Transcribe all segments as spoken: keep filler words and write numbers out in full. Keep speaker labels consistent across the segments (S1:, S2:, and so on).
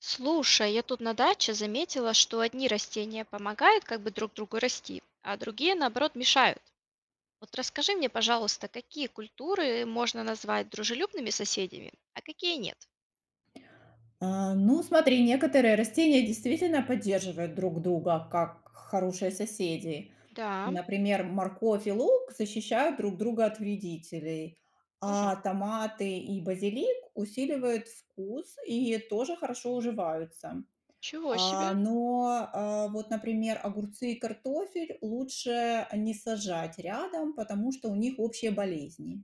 S1: Слушай, я тут на даче заметила, что одни растения помогают как бы друг другу расти, а другие, наоборот, мешают. Вот расскажи мне, пожалуйста, какие культуры можно назвать дружелюбными соседями, а какие нет?
S2: А, ну, смотри, некоторые растения действительно поддерживают друг друга, как хорошие соседи.
S1: Да,
S2: Например, морковь и лук защищают друг друга от вредителей,
S1: мгм.
S2: а томаты и базилик усиливают вкус и тоже хорошо уживаются.
S1: Чего
S2: А,
S1: себе?
S2: но а, вот, например, огурцы и картофель лучше не сажать рядом, потому что у них общие болезни.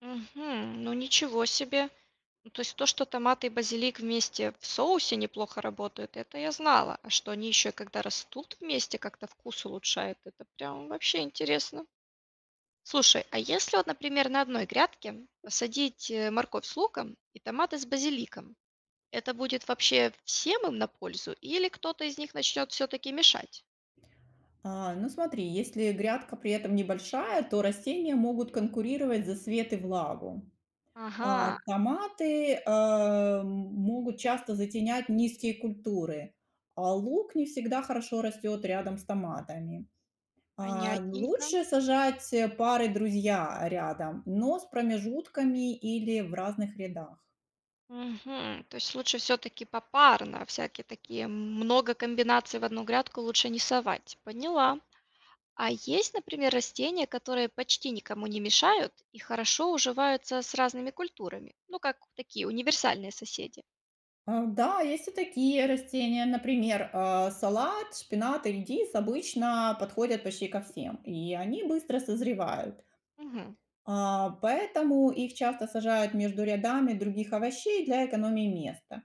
S1: Мгм. Ну ничего себе. Ну, то есть то, что томаты и базилик вместе в соусе неплохо работают, это я знала. А что они еще, когда растут вместе, как-то вкус улучшают, это прям вообще интересно. Слушай, а если вот, например, на одной грядке посадить э, морковь с луком и томаты с базиликом, это будет вообще всем им на пользу или кто-то из них начнет все-таки мешать?
S2: А, ну смотри, если грядка при этом небольшая, то растения могут конкурировать за свет и влагу. А
S1: Ага,
S2: томаты, а, м, могут часто затенять низкие культуры, а лук не всегда хорошо растет рядом с томатами. А,
S1: понятненько.
S2: лучше сажать э, пары друзья рядом, но с промежутками или в разных рядах.
S1: Мгм. То есть лучше все-таки попарно, всякие такие много комбинаций в одну грядку лучше не совать. Поняла. А есть, например, растения, которые почти никому не мешают и хорошо уживаются с разными культурами. Ну, как такие универсальные соседи.
S2: А, Да, есть и такие растения. Например, а, салат, шпинат и редис обычно подходят почти ко всем, и они быстро созревают.
S1: Мгм.
S2: А, Поэтому их часто сажают между рядами других овощей для экономии места.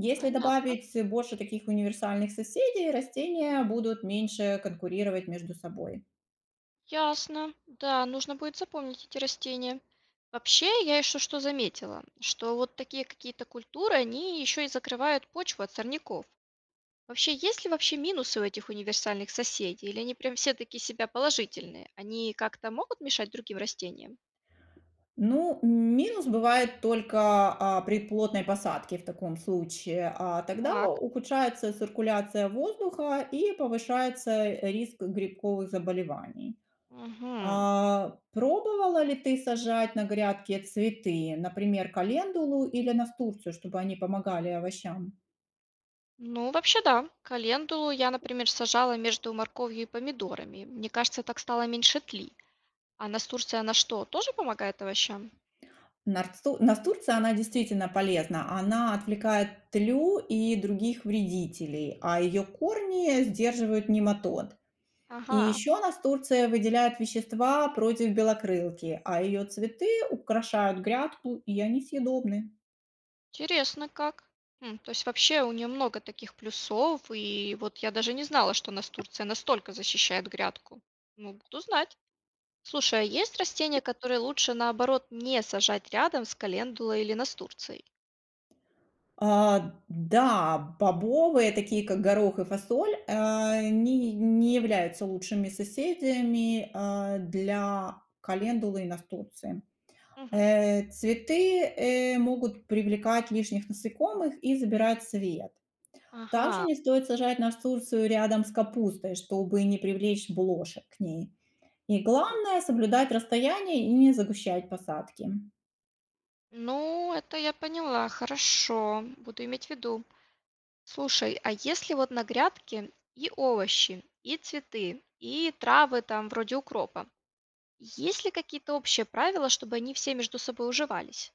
S2: Если
S1: Понятно.
S2: добавить больше таких универсальных соседей, растения будут меньше конкурировать между собой.
S1: Ясно. Да, нужно будет запомнить эти растения. Вообще, я еще что заметила, что вот такие какие-то культуры, они еще и закрывают почву от сорняков. Вообще, есть ли вообще минусы у этих универсальных соседей, или они прям все таки себя положительные? Они как-то могут мешать другим растениям?
S2: Ну, минус бывает только, а, при плотной посадке в таком случае. А тогда
S1: Так,
S2: ухудшается циркуляция воздуха и повышается э, риск грибковых заболеваний.
S1: угу.
S2: А пробовала ли ты сажать на грядке цветы, например, календулу или настурцию, чтобы они помогали овощам?
S1: Ну, вообще да. Календулу я, например, сажала между морковью и помидорами. Мне кажется, так стало меньше тли. А настурция на что? Тоже помогает овощам?
S2: Нарцу- Настурция, она действительно полезна. Она отвлекает тлю и других вредителей, а ее корни сдерживают нематод. И
S1: Ага.
S2: еще нас Турция выделяет вещества против белокрылки, а ее цветы украшают грядку, и они съедобны.
S1: Интересно как. М, то есть вообще у нее много таких плюсов, и вот я даже не знала, что у нас Турция настолько защищает грядку. Ну, буду знать. Слушай, а есть растения, которые лучше, наоборот, не сажать рядом с календулой или настурцией?
S2: А, да, бобовые, такие как горох и фасоль, а, они не являются лучшими соседями, а, для календулы и настурции.
S1: Мгм.
S2: Э, цветы, э, могут привлекать лишних насекомых и забирать свет. Также
S1: Ага.
S2: не стоит сажать настурцию рядом с капустой, чтобы не привлечь блошек к ней. И
S1: М,
S2: главное– соблюдать расстояние и не загущать посадки.
S1: ну, это я поняла, хорошо, буду иметь в виду. Слушай, а если вот на грядке и овощи, и цветы, и травы там вроде укропа, есть ли какие-то общие правила, чтобы они все между собой уживались?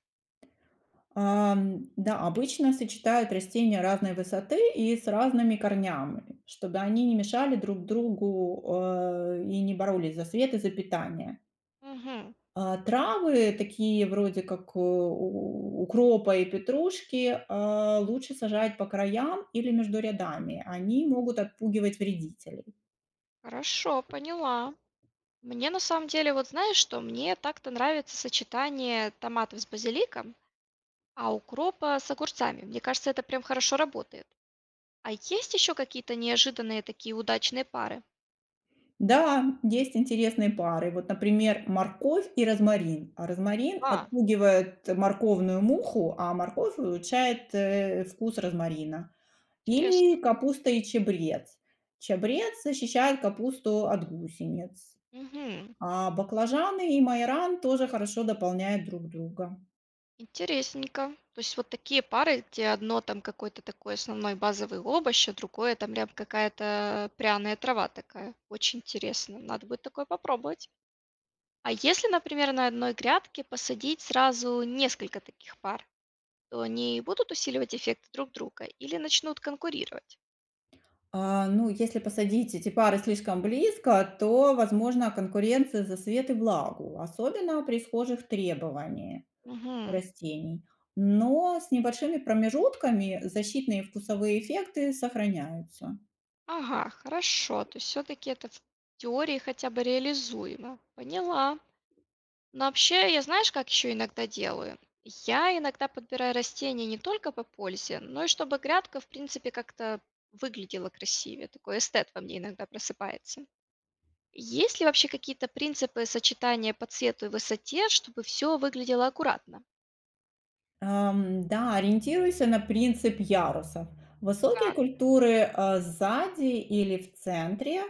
S2: Ам, да, обычно сочетают растения разной высоты и с разными корнями, чтобы они не мешали друг другу э, и не боролись за свет и за питание.
S1: Мгм.
S2: А, травы, такие вроде как, э, у укропа и петрушки, а, лучше сажать по краям или между рядами. Они могут отпугивать вредителей.
S1: Хорошо, поняла. Мне на самом деле, вот знаешь что, мне так-то нравится сочетание томатов с базиликом, а укропа с огурцами. Мне кажется, это прям хорошо работает. А есть еще какие-то неожиданные такие удачные пары?
S2: Да, есть интересные пары. Вот, например, морковь и розмарин. А розмарин
S1: А,
S2: отпугивает морковную муху, а морковь улучшает, э, вкус розмарина.
S1: интересно.
S2: Или капуста и чабрец. Чабрец защищает капусту от гусениц.
S1: Мгм.
S2: А баклажаны и майран тоже хорошо дополняют друг друга.
S1: Интересненько. То есть вот такие пары, где одно там какой-то такой основной базовый овощ, а другое там прям какая-то пряная трава такая. Очень интересно. Надо будет такое попробовать. А если, например, на одной грядке посадить сразу несколько таких пар, то они будут усиливать эффект друг друга или начнут конкурировать?
S2: А, ну, если посадить эти пары слишком близко, то возможна конкуренция за свет и влагу, особенно при схожих требованиях у
S1: Мгм.
S2: растений. Но с небольшими промежутками защитные и вкусовые эффекты сохраняются.
S1: Ага, хорошо. То есть все-таки это в теории хотя бы реализуемо. Поняла. Но вообще, я знаешь, как еще иногда делаю? Я иногда подбираю растения не только по пользе, но и чтобы грядка, в принципе, как-то выглядела красивее. Такой эстет во мне иногда просыпается. Есть ли вообще какие-то принципы сочетания по цвету и высоте, чтобы все выглядело аккуратно?
S2: Ам, да, ориентируйся на принцип ярусов. Высокие
S1: Так,
S2: культуры а, сзади или в центре.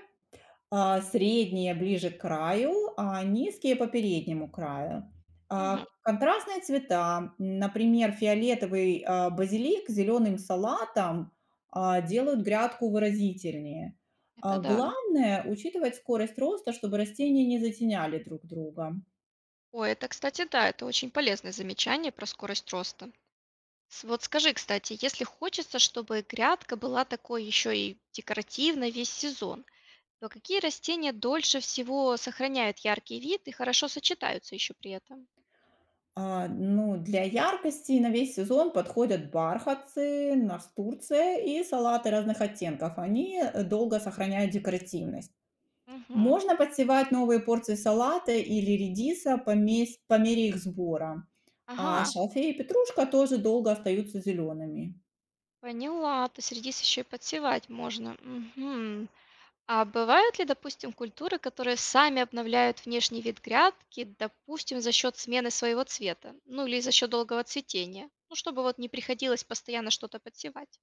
S2: А, средние ближе к краю, а низкие по переднему краю. А,
S1: мгм.
S2: контрастные цвета, например, фиолетовый, а, базилик с зеленым салатом, а, делают грядку выразительнее. А,
S1: Это да.
S2: главное учитывать скорость роста, чтобы растения не затеняли друг друга.
S1: Ой, это, кстати, да, это очень полезное замечание про скорость роста. С- Вот скажи, кстати, если хочется, чтобы грядка была такой еще и декоративной весь сезон, но какие растения дольше всего сохраняют яркий вид и хорошо сочетаются еще при этом?
S2: А, ну, для яркости на весь сезон подходят бархатцы, настурция и салаты разных оттенков. Они э, долго сохраняют декоративность.
S1: Мгм.
S2: Можно подсевать новые порции салата или редиса по мес по мере их сбора, а
S1: Ага,
S2: шалфей и петрушка тоже долго остаются зелеными.
S1: поняла. То есть редис еще и подсевать можно. Мгм. А бывают ли, допустим, культуры, которые сами обновляют внешний вид грядки, допустим, за счет смены своего цвета? Ну или за счет долгого цветения? Ну, чтобы вот не приходилось постоянно что-то подсевать.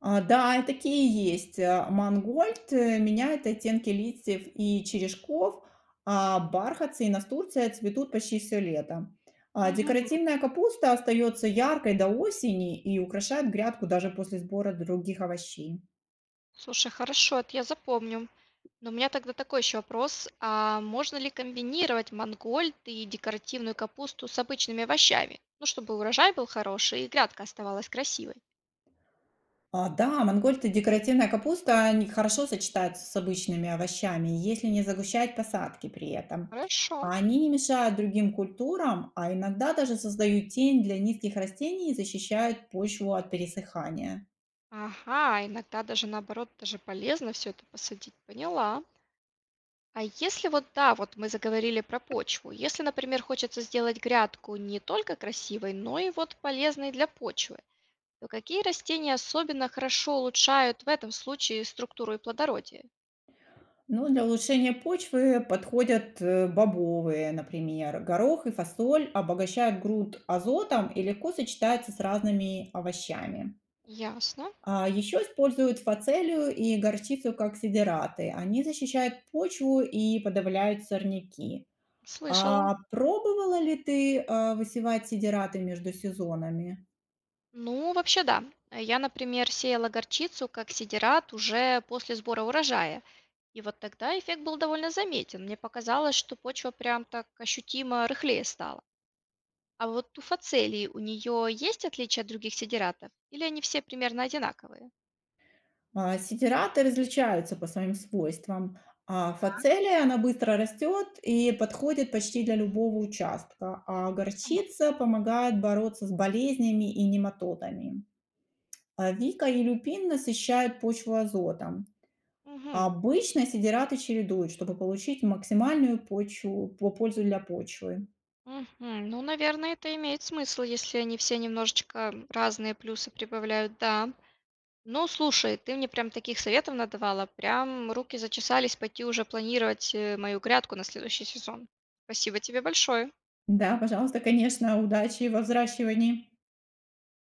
S2: А, да, и такие есть. А, Мангольд э, меняет оттенки листьев и черешков, а бархатцы и настурция цветут почти все лето. А декоративная капуста остается яркой до осени и украшает грядку даже после сбора других овощей.
S1: Слушай, хорошо, это я запомню. Но у меня тогда такой еще вопрос. А можно ли комбинировать мангольд и декоративную капусту с обычными овощами? Ну, чтобы урожай был хороший и грядка оставалась красивой.
S2: А, да, мангольд и декоративная капуста, они хорошо сочетаются с обычными овощами, если не загущать посадки при этом.
S1: Хорошо.
S2: А они не мешают другим культурам, а иногда даже создают тень для низких растений и защищают почву от пересыхания.
S1: Ага, иногда даже наоборот, даже полезно все это посадить. Поняла. А если вот, да, вот мы заговорили про почву. Если, например, хочется сделать грядку не только красивой, но и вот полезной для почвы. То какие растения особенно хорошо улучшают в этом случае структуру и плодородие?
S2: Ну, для улучшения почвы подходят э, бобовые, например, горох и фасоль обогащают грунт азотом и легко сочетаются с разными овощами.
S1: Ясно,
S2: А еще используют фацелию и горчицу как сидераты. Они защищают почву и подавляют сорняки.
S1: слышала.
S2: А пробовала ли ты, а, высевать сидераты между сезонами?
S1: Ну, вообще да. Э, Я, например, сеяла горчицу как сидират уже после сбора урожая. И вот тогда эффект был довольно заметен. Мне показалось, что почва прям так ощутимо рыхлее стала. А вот у фацелии у нее есть отличия от других сидиратов? Или они все примерно одинаковые?
S2: А, сидераты различаются по своим свойствам. А фацелия, она быстро растет и подходит почти для любого участка, а горчица помогает бороться с болезнями и нематодами. А вика и люпин насыщают почву азотом.
S1: Мгм.
S2: Обычно сидираты чередуют, чтобы получить максимальную почву по пользу для почвы.
S1: Мгм. Ну, наверное, это имеет смысл, если они все немножечко разные плюсы прибавляют, да. Ну, слушай, ты мне прям таких советов надавала, прям руки зачесались пойти уже планировать э, мою грядку на следующий сезон. Спасибо тебе большое.
S2: Да, пожалуйста, конечно, удачи во взращивании.